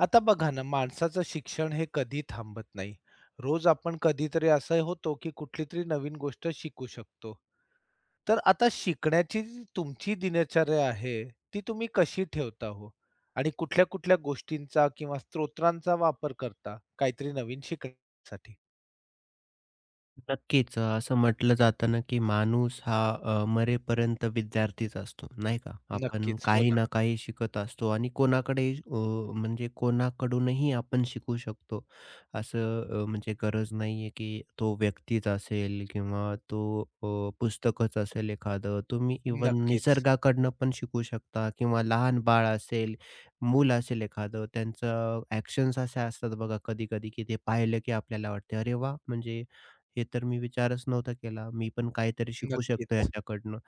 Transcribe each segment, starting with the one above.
आता बघा ना, माणसाचं शिक्षण हे कधी थांबत नाही. रोज आपण कधीतरी असं होतो, की कुठली तरी नवीन गोष्ट शिकू शकतो. तर आता शिकण्याची जी तुमची दिनचर्या आहे, ती तुम्ही कशी ठेवता हो? आणि कुठल्या-कुठल्या गोष्टींचा किंवा स्त्रोतांचा वापर करता काहीतरी नवीन शिकण्यासाठी? नक्कीच. असं म्हटलं जातं ना, की माणूस हा मरेपर्यंत विद्यार्थीच असतो, नाही का? आपण नक्कीच. हो काही ना. ना काही शिकत असतो आणि कोणाकडेही अ, म्हणजे कोणाकडूनही आपण शिकू शकतो. असं म्हणजे गरज नाहीये, की तो व्यक्तीच असेल किंवा तो पुस्तकच असेल एखादं. तुम्ही इव्हन नक्कीच. निसर्गाकडनं पण शिकू शकता किंवा लहान बाळ असेल, मूल असेल एखादं, त्यांचं ॲक्शन्स असे असतात बघा कधी-कधी, की ते पाहिलं की आपल्याला वाटते, "अरे वाह!" म्हणजे हे तर मी विचारच नव्हता केला. मी पण काहीतरी शिकू शकतो नक्कीच. याच्याकडनं.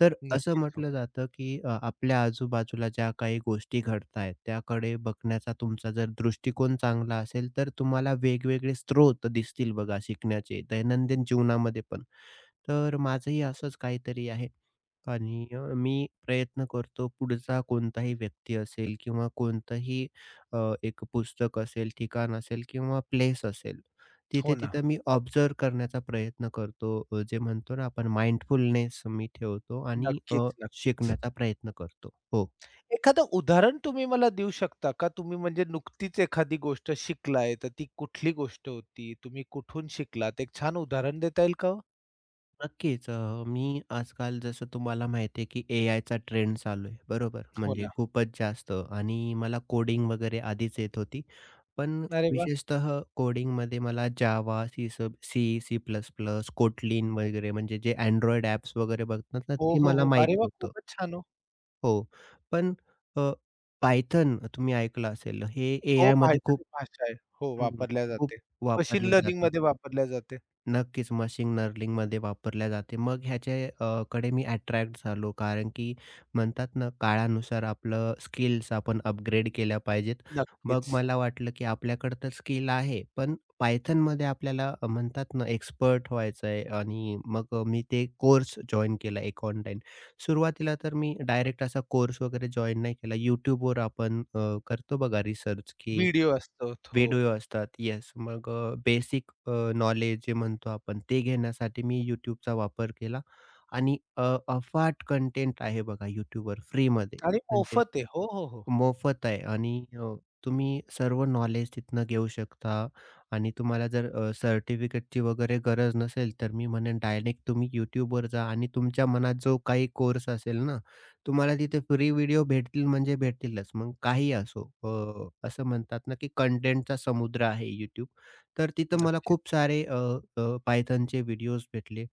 तर असं नक्कीच. हो. म्हटलं जातं, की आपल्या आजूबाजूला ज्या काही गोष्टी घडतायत, त्याकडे बघण्याचा तुमचा जर दृष्टिकोन चांगला असेल, तर तुम्हाला वेगवेगळे स्रोत दिसतील बघा शिकण्याचे दैनंदिन जीवनामध्ये पण. तर माझंही असंच काहीतरी आहे. आणि मी प्रयत्न करतो पुढचा कोणताही व्यक्ती असेल किंवा कोणतंही अ, एक पुस्तक असेल, ठिकाण असेल किंवा प्लेस असेल. हो ना. तिथे-तिथे मी ऑब्झर्व्ह करण्याचा प्रयत्न करतो. जे म्हणतो ना आपण माइंडफुलनेस मी ठेवतो आणि नक्कीच, नक्कीच. शिकण्याचा प्रयत्न करतो. हो. एखादं उदाहरण तुम्ही मला देऊ शकता का? तुम्ही म्हणजे नुकतीच एखादी गोष्ट शिकलाय, तर ती कुठली गोष्ट होती? तुम्ही कुठून शिकलात? एक छान उदाहरण देता येईल का हो? नक्कीच. मी आजकाल जसं तुम्हाला माहिती आहे, की एआयचा ट्रेंड चालू आहे, बरोबर? हो म्हणजे ना. खूपच जास्त आणि मला कोडिंग वगैरे आधीच येत होती. पण अरे वाह! विशेषतः कोडिंगमध्ये मला Java, C, C plus plus, Kotlin वगैरे म्हणजे जे Android ॲप्स वगैरे बघतात ना, हो, ते हो, मला हो. अरे माहिती वा, होतं. खूपच छान हो. हो. पण पायथन तुम्ही ऐकलं असेल, हे हो, एआयमध्ये काहीतरी खूप भाषा आहे. हो, हं, वापरल्या खूप जाते. मशीन वापरले जाते. लर्निंगमध्ये वापरल्या जाते. नक्कीच मशीन लर्निंगमध्ये वापरल्या जाते. मग ह्याचे अ, कडे मी अट्रॅक्ट झालो कारण की म्हणतात ना, काळानुसार आपलं स्किल्स आपण अपग्रेड केल्या पाहिजेत. नक्कीच. मग मला वाटलं की आपल्याकडे तर स्किल आहे, पण Pythonमध्ये आपल्याला म्हणतात ना, एक्सपर्ट व्हायचं आहे आणि मग मी ते कोर्स जॉइन केला एक ऑनलाईन. सुरुवातीला तर मी डायरेक्ट असा कोर्स वगैरे जॉइन नाही केला. YouTubeवर आपण करतो बघा रिसर्च की व्हिडिओ असतो. हो. व्हिडिओ असतात. येस. मग बेसिक नॉलेज जे म्हणतो आपण ते घेण्यासाठी मी YouTubeचा वापर केला आणि अफाट कंटेंट आहे बघा YouTubeवर फ्रीमध्ये. आणि म्हणजे मोफत आहे. हो, हो, हो. मोफत आहे आणि तुम्ही सर्व नॉलेज तिथनं घेऊ शकता आणि तुम्हाला जर सर्टिफिकेटची वगैरे गरज नसेल, तर मी म्हणेन डायरेक्ट तुम्ही YouTubeवर जा आणि तुमच्या मनात जो काही कोर्स असेल ना, तुम्हाला तिथे फ्री व्हिडिओ भेटतील म्हणजे भेटतीलच. मग काहीही असो. असं म्हणतात ना, की कंटेंटचा समुद्र आहे YouTube. तर तिथं मला नक्कीच. खूप सारे व्हिडिओज भेटले.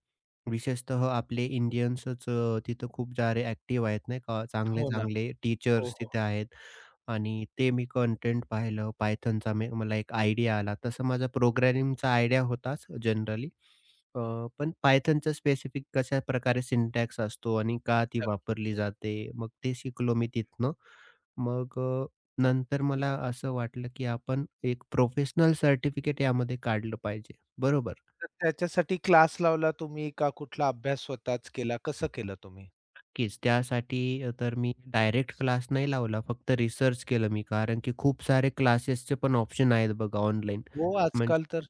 विशेषतः आपले इंडियन्सच तिथं खूप सारे ॲक्टिव्ह आहेत नाही का. हो ना. चांगले-चांगले हो, टीचर्स हो. तिथे आहेत. आणि ते मी कंटेंट पाहिलं Pythonचा मी मला एक आयडिया आला. तसं माझा प्रोग्रामिंगचा आयडिया होताच जनरली. पण Pythonचं स्पेसिफिक कशाप्रकारे सिंटॅक्स असतो आणि का ती वापरली जाते, मग ते शिकलो मी तिथनं. मग नंतर मला असं वाटलं, की आपण एक प्रोफेशनल सर्टिफिकेट यामध्ये काढलं पाहिजे. बरोबर. तर त्याच्यासाठी क्लास लावला तुम्ही का कुठला अभ्यास स्वतःच केला? कसं केलं तुम्ही? नक्कीच त्यासाठी तर मी डायरेक्ट क्लास नाही लावला. फक्त रिसर्च केलं मी कारण की खूप सारे क्लासेसचे पण ऑप्शन आहेत बघा ऑनलाईन. हो, आजकाल तर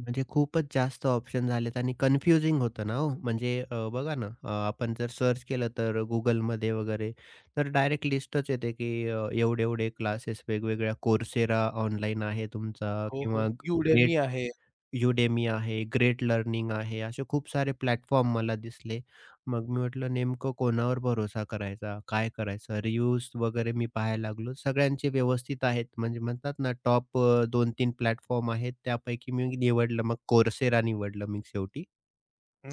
म्हणजे खूपच जास्त ऑप्शन झालेत आणि कन्फ्युजिंग होतं ना हो. म्हणजे बघा ना आपण जर सर्च केलं तर Googleमध्ये वगैरे तर डायरेक्ट लिस्टच येते की एवढे-एवढे क्लासेस वेगवेगळ्या Coursera ऑनलाईन आहे तुमचा हो, हो. किंवा ग्रेट Udemy आहे. Udemy आहे, ग्रेट लर्निंग आहे, असे खूप सारे प्लॅटफॉर्म मला दिसले. मग मी म्हटलं नेमकं कोणावर भरोसा करायचा? काय करायचं? रिव्ह्यूज वगैरे मी पाहायला लागलो. सगळ्यांचे व्यवस्थित आहेत. म्हणजे म्हणतात ना टॉप 2-3 प्लॅटफॉर्म आहेत. त्यापैकी मी निवडलं मग Coursera निवडलं मी शेवटी.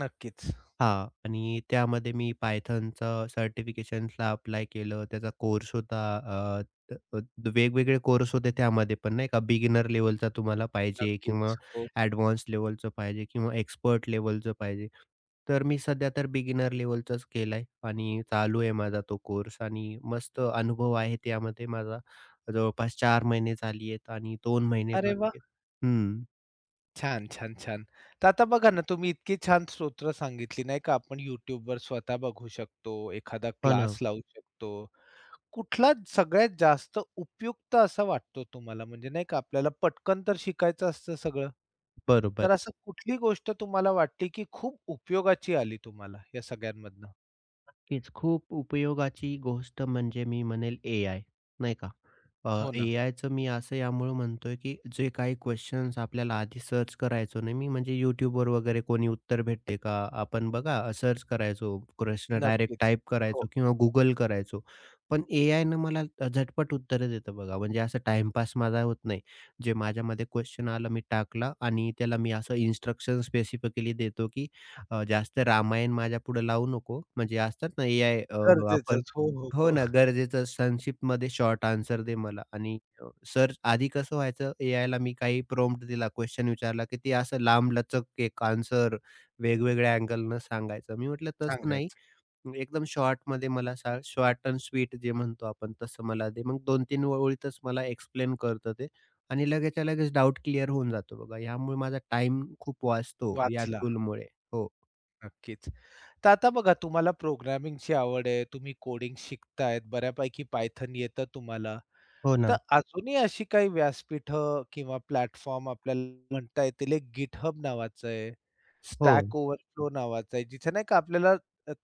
नक्कीच. हां. आणि त्यामध्ये मी पायथॉनचं सर्टिफिकेशन्सला अप्लाय केलं. त्याचा कोर्स होता अ, त अ, द- वेगवेगळे कोर्स होते त्यामध्ये पण नाही का, बिगिनर लेव्हलचा तुम्हाला पाहिजे किंवा नक्कीच. हो. ॲडव्हान्स लेव्हलचं पाहिजे किंवा एक्सपर्ट लेव्हलचं पाहिजे. तर मी सध्या तर बिगिनर लेव्हलचाच केलाय आणि चालू आहे माझा तो कोर्स आणि मस्त अनुभव आहे त्यामध्ये माझा. जवळपास 4 महिने झाली आहेत आणि 2 महिने अरे वाह! बाकी आहेत. हं. छान, छान, छान. तर आता बघा ना, तुम्ही इतकी छान स्तोत्र सांगितली नाही का, आपण YouTubeवर स्वतः बघू शकतो, एखादा हो ना. क्लास लावू शकतो. कुठला सगळ्यात जास्त उपयुक्त असा वाटतो तुम्हाला? म्हणजे नाही का, आपल्याला पटकन तर शिकायचं असतं सगळं. बरोबर. तर असं कुठली गोष्ट तुम्हाला वाटली, की खूप उपयोगाची आली तुम्हाला या सगळ्यांमधनं? नक्कीच. खूप उपयोगाची गोष्ट म्हणजे मी म्हणेल ए-आय, नाही का? हो ना. ए-आयचं मी असं यामुळं म्हणतोय, की जे काही क्वेशन्स आपल्याला आधी सर्च करायचो नाही मी म्हणजे YouTubeवर वगैरे कोणी उत्तर भेटते का? आपण बघा सर्च करायचो, प्रश्न डायरेक्ट नक्कीच. टाइप हो. करायचो किंवा Google करायचो. पण ए-आयनं मला झटपट उत्तरं देतं बघा. म्हणजे असं टाईमपास माझा होत नाही. जे माझ्यामध्ये क्वेशन आलं मी टाकला आणि त्याला मी असं इन्स्ट्रक्शन स्पेसिफिकली देतो, की जास्त रामायण माझ्या पुढे लावू नको. म्हणजे असतात ना एआय अ, आपण गरजेचंच. हो, हो, हो हो. ना, गरजेचं संक्षिप्तमध्ये शॉर्ट आन्सर दे मला आणि सर्च आधी कसं व्हायचं एआयला मी काही प्रॉम्प्ट दिला, क्वेशन विचारला, की ते असं लांबलचक एक आन्सर वेगवेगळ्या अँगलनं सांगायचं. मी म्हटलं तसं नाही. सांगायचं. एकदम शॉर्टमध्ये मला सांग, शॉर्ट अँड स्वीट जे म्हणतो आपण तसं मला दे. मग 2-3 ओळीतच मला एक्सप्लेन करतं ते आणि लगेचच्या लगेच डाऊट क्लिअर होऊन जातो बघा. यामुळे माझा टाईम खूप वाचतो या वाचला. टूलमुळे. हो. नक्कीच. तर आता बघा, तुम्हाला प्रोग्रामिंगची आवड आहे, तुम्ही कोडिंग शिकतायत, बऱ्यापैकी पायथन येतं तुम्हाला. हो तर ना. अजूनही अशी काही व्यासपीठं किंवा प्लॅटफॉर्म आपल्याला म्हणता येतील. एक GitHub नावाचं आहे, हो. Stack Overflow नावाचं आहे, जिथे नाही का आपल्याला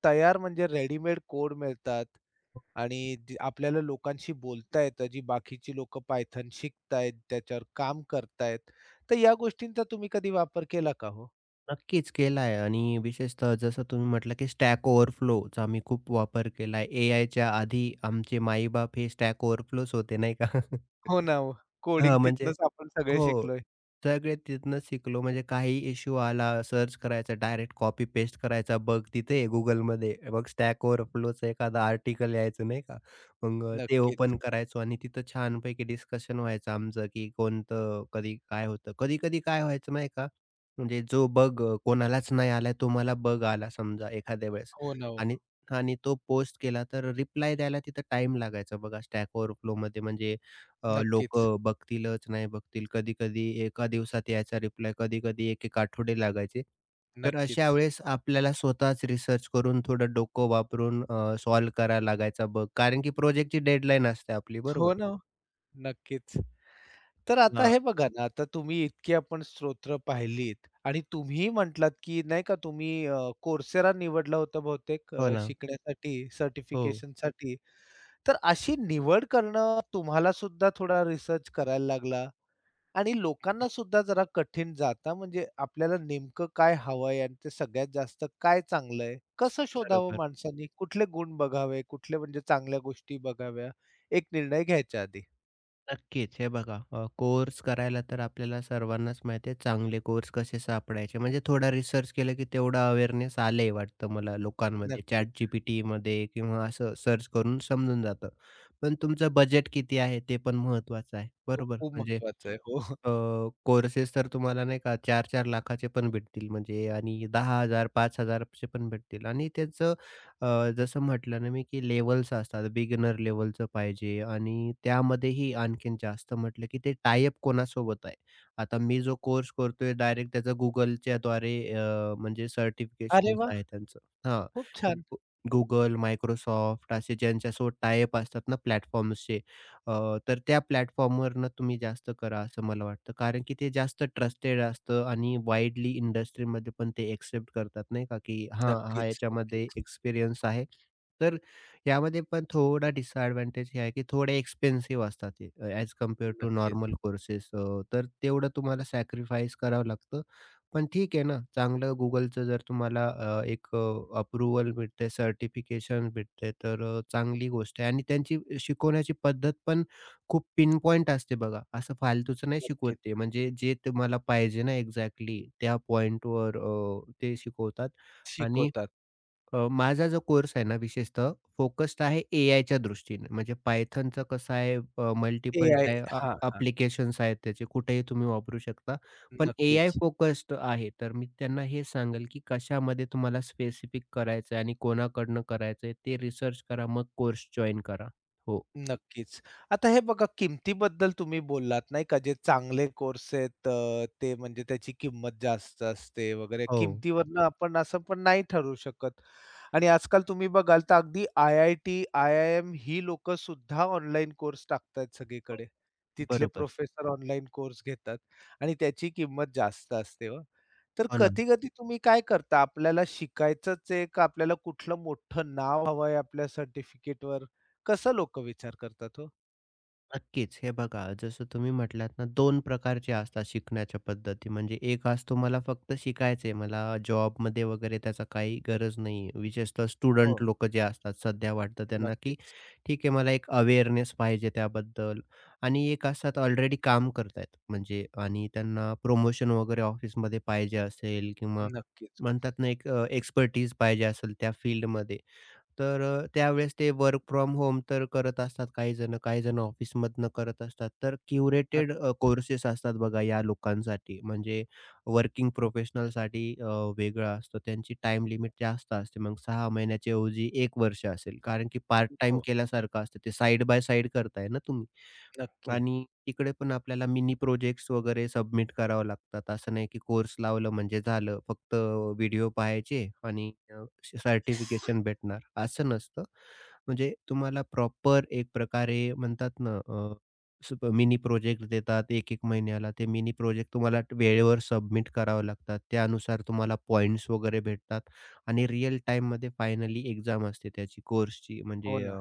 तयार म्हणजे रेडीमेड कोड मिळतात हो. आणि ज आपल्याला लोकांशी बोलता येतं, जी बाकीची लोकं पायथन शिकतायत, त्याच्यावर काम करतायत. तर या गोष्टींचा तुम्ही कधी वापर केला का हो? नक्कीच केला आहे आणि विशेषतः जसं तुम्ही म्हटलं, की Stack Overflowचा मी खूप वापर केला आहे. एआयच्या आधी आमचे आई-बाप हे Stack Overflowच होते, नाही का? हो ना, हो. कोडिंग हां, म्हणजे तिथनंच आपण सगळे हो. शिकलोय. सगळे तिथनंच शिकलो. म्हणजे काही इश्यू आला, सर्च करायचा, डायरेक्ट कॉपी पेस्ट करायचा. बघ तिथे Googleमध्ये, बघ Stack Overflowचं एखादं आर्टिकल यायचं नाही का? मग ते नक्कीच. ओपन करायचो आणि तिथं छानपैकी डिस्कशन व्हायचं आमचं, की कोणतं कधी काय होतं. कधी-कधी काय व्हायचं माहिती का? म्हणजे जो बग कोणालाच नाही आला, तो मला बग आला समजा एखाद्या वेळेस हो ना ओ. आणि आणि तो पोस्ट केला, तर रिप्लाय द्यायला तिथं टाईम लागायचा बघा Stack Overflowमध्ये. म्हणजे नक्कीच, लोकं बघतीलच, नाही बघतील. कधी-कधी एका दिवसात यायचा रिप्लाय, कधी-कधी 1-1 आठवडे लागायचे. तर अशा नक्कीच. वेळेस आपल्याला स्वतःच रिसर्च करून थोडं डोकं वापरून सॉल्व्ह करायला लागायचा बग. कारण की प्रोजेक्टची डेडलाईन असते आपली, बरोबर? हो ना ओ. नक्कीच. तर आता हां. हे बघा ना, आता तुम्ही इतकी आपण स्तोत्र पाहिलीत आणि तुम्ही म्हटलात, की नाही का तुम्ही Coursera निवडला होता बहुतेक हो ना. शिकण्यासाठी, हो. सर्टिफिकेशनसाठी. तर अशी निवड करणं तुम्हाला सुद्धा थोडा रिसर्च करायला लागला. आणि लोकांना हो, सुद्धा जरा कठीण जाता, म्हणजे आपल्याला नेमकं काय हवंय आणि ते सगळ्यात जास्त काय चांगलं आहे? कसं शोधावं बरोबर. माणसांनी? कुठले गुण बघावे? कुठले म्हणजे चांगल्या गोष्टी बघाव्या? एक निर्णय घ्यायच्या आधी. नक्कीच. हे बघा कोर्स करायला तर आपल्याला सर्वांनाच माहिती आहे चांगले कोर्स कसे सापडायचे. म्हणजे थोडा रिसर्च केलं की तेवढा अवेअरनेस आलंय वाटतं मला लोकांमध्ये. नक्कीच. ChatGPTमध्ये किंवा असं सर्च करून समजून जातं. पण तुमचं बजेट किती आहे ते पण महत्त्वाचं आहे. तो बरोबर. खूप म्हणजे महत्वाचा आहे. हो. अ, कोर्सेस तर तुम्हाला नाही का 4-4 लाखा चे पण भेटतील म्हणजे आणि 10,000, 5,000 चे पण भेटतील आणि त्याचं जसं म्हटलं ना मी, की लेव्हल्स असतात. बिगिनर लेव्हलचं पाहिजे आणि त्यामध्येही आणखीन जास्त म्हटलं, की ते टाय कोणासोबत आहे. आता मी जो कोर्स करतोय डायरेक्ट त्याचं Googleच्याद्वारे म्हणजे अरे सर्टिफिकेशन्स वाह! आहे त्यांचं. हां. खूप छान. Google, Microsoft असे ज्यांच्यासोबत टाय असतात ना प्लॅटफॉर्म्सचे अ, तर त्या प्लॅटफॉर्मवरनं तुम्ही जास्त करा असं मला वाटतं. कारण की ते जास्त ट्रस्टेड असतं आणि वाइडली इंडस्ट्रीमध्ये पण ते एक्सेप्ट करतात नाही का, की हां, हा नक्कीच, याच्यामध्ये नक्कीच, एक्सपिरियन्स आहे. तर यामध्ये पण थोडा डिसएडव्हांटेज हे आहे, की थोडे एक्सपेन्सिव्ह असतात ते ॲज कंपेअर टू नॉर्मल नक्कीच, कोर्सेस तर तेवढं तुम्हाला सॅक्रिफाईस करावं लागतं. पण ठीक आहे ना, चांगलं Googleचं जर तुम्हाला एक अप्रूव्हल भेटते, सर्टिफिकेशन भेटते, तर चांगली गोष्ट आहे आणि त्यांची शिकवण्याची पद्धत पण खूप पिनपॉइंट असते बघा. असं फालतूचं नाही शिकवत नक्कीच. ते. म्हणजे जे तुम्हाला पाहिजे ना एक्झॅक्टली त्या पॉइंटवर ते शिकवतात आणि शिकवतात. माझा जो कोर्स आहे ना, विशेषतः फोकस्ड आहे एआयच्या दृष्टीने. म्हणजे पायथनचं कसं आहे अ, मल्टिपल AI, टाय अ, हां, हां. ॲप्लिकेशन्स आहेत त्याचे, कुठेही तुम्ही वापरू शकता. पण एआय नक्कीच. फोकस्ड आहे. तर मी त्यांना हे सांगेल, की कशामध्ये तुम्हाला स्पेसिफिक करायचं आहे आणि कोणाकडनं करायचं आहे, ते रिसर्च करा, मग कोर्स जॉइन करा. हो. नक्कीच. आता हे बघा, किमतीबद्दल तुम्ही बोललात नाही का, जे चांगले कोर्स आहेत ते म्हणजे त्याची किंमत जास्त असते वगैरे. हो. किमतीवरनं आपण असं पण नाही ठरवू शकत आणि आजकाल तुम्ही बघाल तर अगदी IIT, IIM ही लोकं सुद्धा ऑनलाईन कोर्स टाकतायत सगळीकडे. तिथले बरोबर. प्रोफेसर ऑनलाईन कोर्स घेतात आणि त्याची किंमत जास्त असते हो. तर हो ना. कधी-कधी तुम्ही काय करता? आपल्याला शिकायचंच आहे का आपल्याला कुठलं मोठं नाव हवंय आपल्या सर्टिफिकेटवर? कसं लोक विचार करतात हो? नक्कीच. हे बघा, जसं तुम्ही म्हटलात ना, 2 प्रकारचे असतात शिकण्याच्या पद्धती. म्हणजे एक असतो मला फक्त शिकायचंय, मला जॉबमध्ये वगैरे त्याचा काही गरज नाही. विशेषतः हो. स्टुडंट लोक जे असतात, सध्या वाटतं त्यांना, की नक्कीच, ठीक आहे, मला एक अवेअरनेस पाहिजे त्याबद्दल. आणि एक असतात ऑलरेडी काम करतायत, म्हणजे आणि त्यांना प्रमोशन वगैरे ऑफिसमध्ये पाहिजे असेल किंवा नक्कीच. हो, म्हणतात ना, एक एक्सपर्टीज पाहिजे असेल त्या फील्डमध्ये. तर त्यावेळेस ते वर्क फ्रॉम होम तर करत असतात काही जण, काही जण ऑफिसमधनं करत असतात. तर क्युरेटेड नक्कीच. कोर्सेस असतात बघा या लोकांसाठी. म्हणजे वर्किंग प्रोफेशनलसाठी वेगळं असतं. त्यांची टाईम लिमिट जास्त असते. मग 6 महिन्याच्या ऐवजी 1 वर्ष असेल. कारण की पार्ट टाइम हो, केल्यासारखं असतं. ते साइड बाय साइड करताय ना तुम्ही. नक्की. आणि तिकडे पण आपल्याला मिनी प्रोजेक्ट्स वगैरे सबमिट करावे लागतात. असं नाही की कोर्स लावलं म्हणजे झालं. फक्त व्हिडिओ पाहायचे आणि सर्टिफिकेशन भेटणार असं नसतं. म्हणजे तुम्हाला प्रॉपर एक प्रकारे म्हणतात ना अ, सुप मिनी प्रोजेक्ट देतात एक-एक महिन्याला. ते मिनी प्रोजेक्ट तुम्हाला वेळेवर सबमिट करावे लागतात. त्यानुसार तुम्हाला पॉइंट्स वगैरे भेटतात आणि रिअल टाईममध्ये फायनली एक्झाम असते त्याची कोर्सची हो म्हणजे ना.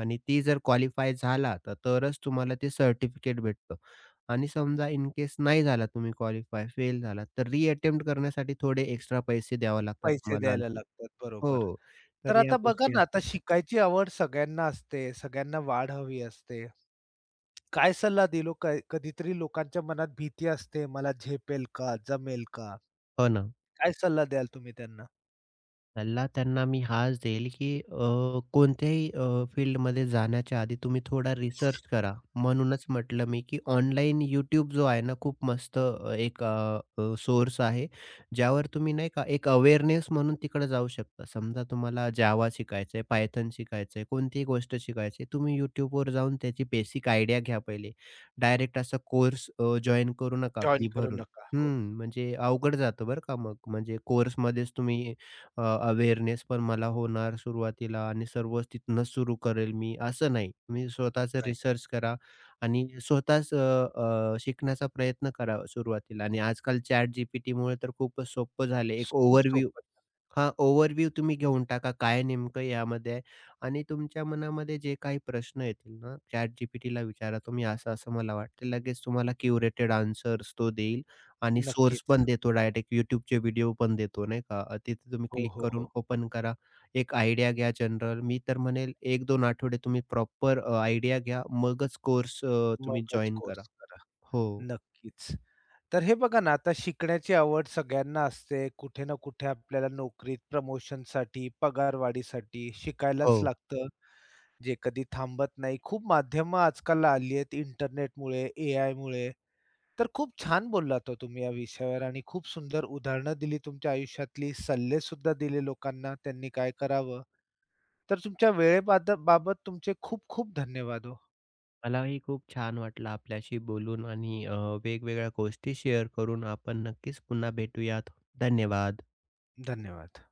आणि ती जर क्वालिफाय झाला तर तरच तुम्हाला ते सर्टिफिकेट भेटतं. आणि समजा इन केस नाही झाला तुम्ही क्वालिफाय, फेल झालात, तर रिअटेम्प्ट करण्यासाठी थोडे एक्स्ट्रा पैसे द्यावे लागतात पैसे तुम्हाला द्यायला आणखी. लागतात. बरोबर. हो, तर तर या आता बघा गोष्टी ना, आता असतात. शिकायची आवड सगळ्यांना असते, सगळ्यांना वाढ हवी असते. काय सल्ला दिलो काय, कधीतरी लोकांच्या मनात भीती असते, मला झेपेल का? जमेल का? हो ना. काय सल्ला द्याल तुम्ही त्यांना? सल्ला त्यांना मी हाच देईल, की कोणत्याही फील्डमध्ये जाण्याच्या आधी तुम्ही थोडा रिसर्च करा. म्हणूनच म्हटलं मी, की ऑनलाईन यूट्यूब जो आहे ना, खूप मस्त एक सोर्स आहे. ज्यावर तुम्ही नाही का एक अवेअरनेस म्हणून तिकडे जाऊ शकता. समजा तुम्हाला जावा शिकायचं आहे, पायथन शिकायचं आहे, कोणतीही गोष्ट शिकायची तुम्ही YouTubeवर जाऊन त्याची बेसिक आयडिया घ्या पहिले. डायरेक्ट असा कोर्स करू नका जॉइन फी करू भरून. नका. हो, हं, म्हणजे अवघड जातं बरं का मग. म्हणजे कोर्समध्येच तुम्ही अ, अवेअरनेस पण मला होणार सुरुवातीला आणि सर्वच तिथूनच सुरू करेल मी, असं नाही. तुम्ही स्वतःचं नाही. रिसर्च करा आणि स्वतःच अ, अ, शिकण्याचा प्रयत्न करा सुरुवातीला आणि आजकाल ChatGPTमुळे तर खूपच सोपं झालं आहे. एक खूप ओव्हरव्ह्यू सोपं. हां, ओव्हरव्ह्यू तुम्ही घेऊन टाका, काय नेमकं यामध्ये आहे आणि तुमच्या मनामध्ये जे काही प्रश्न येतील ना, ChatGPTला विचारा तुम्ही असं-असं मला वाटतं. लगेच तुम्हाला क्युरेटेड आन्सर्स तो देईल आणि सोर्स नक्कीच. पण देतो डायरेक्ट YouTubeचे व्हिडिओ पण देतो नाही का. तिथे तुम्ही हो, क्लिक हो, करून हो. ओपन करा. एक आयडिया घ्या जनरल. मी तर म्हणेल 1-2 आठवडे तुम्ही प्रॉपर आयडिया घ्या. मगच कोर्स तुम्ही मगच जॉइन करा. कोर्स करा. हो. नक्कीच. तर हे बघा ना, आता शिकण्याची आवड सगळ्यांना असते. कुठे ना कुठे आपल्याला नोकरीत प्रमोशनसाठी, पगारवाढीसाठी शिकायलाच हो. लागतं. जे कधी थांबत नाही. खूप माध्यमं आजकाल आली आहेत इंटरनेटमुळे, AIमुळे. तर खूप छान बोललात हो तुम्ही या विषयावर आणि खूप सुंदर उदाहरणं दिली तुमच्या आयुष्यातली. सल्लेसुद्धा दिले लोकांना, त्यांनी काय करावं. तर तुमच्या वेळेबाद बाबत तुमचे खूप खूप धन्यवाद हो. मलाही खूप छान वाटलं आपल्याशी बोलून आणि वेगवेगळ्या गोष्टी शेअर करून. आपण नक्कीच पुन्हा भेटूयात. धन्यवाद. धन्यवाद.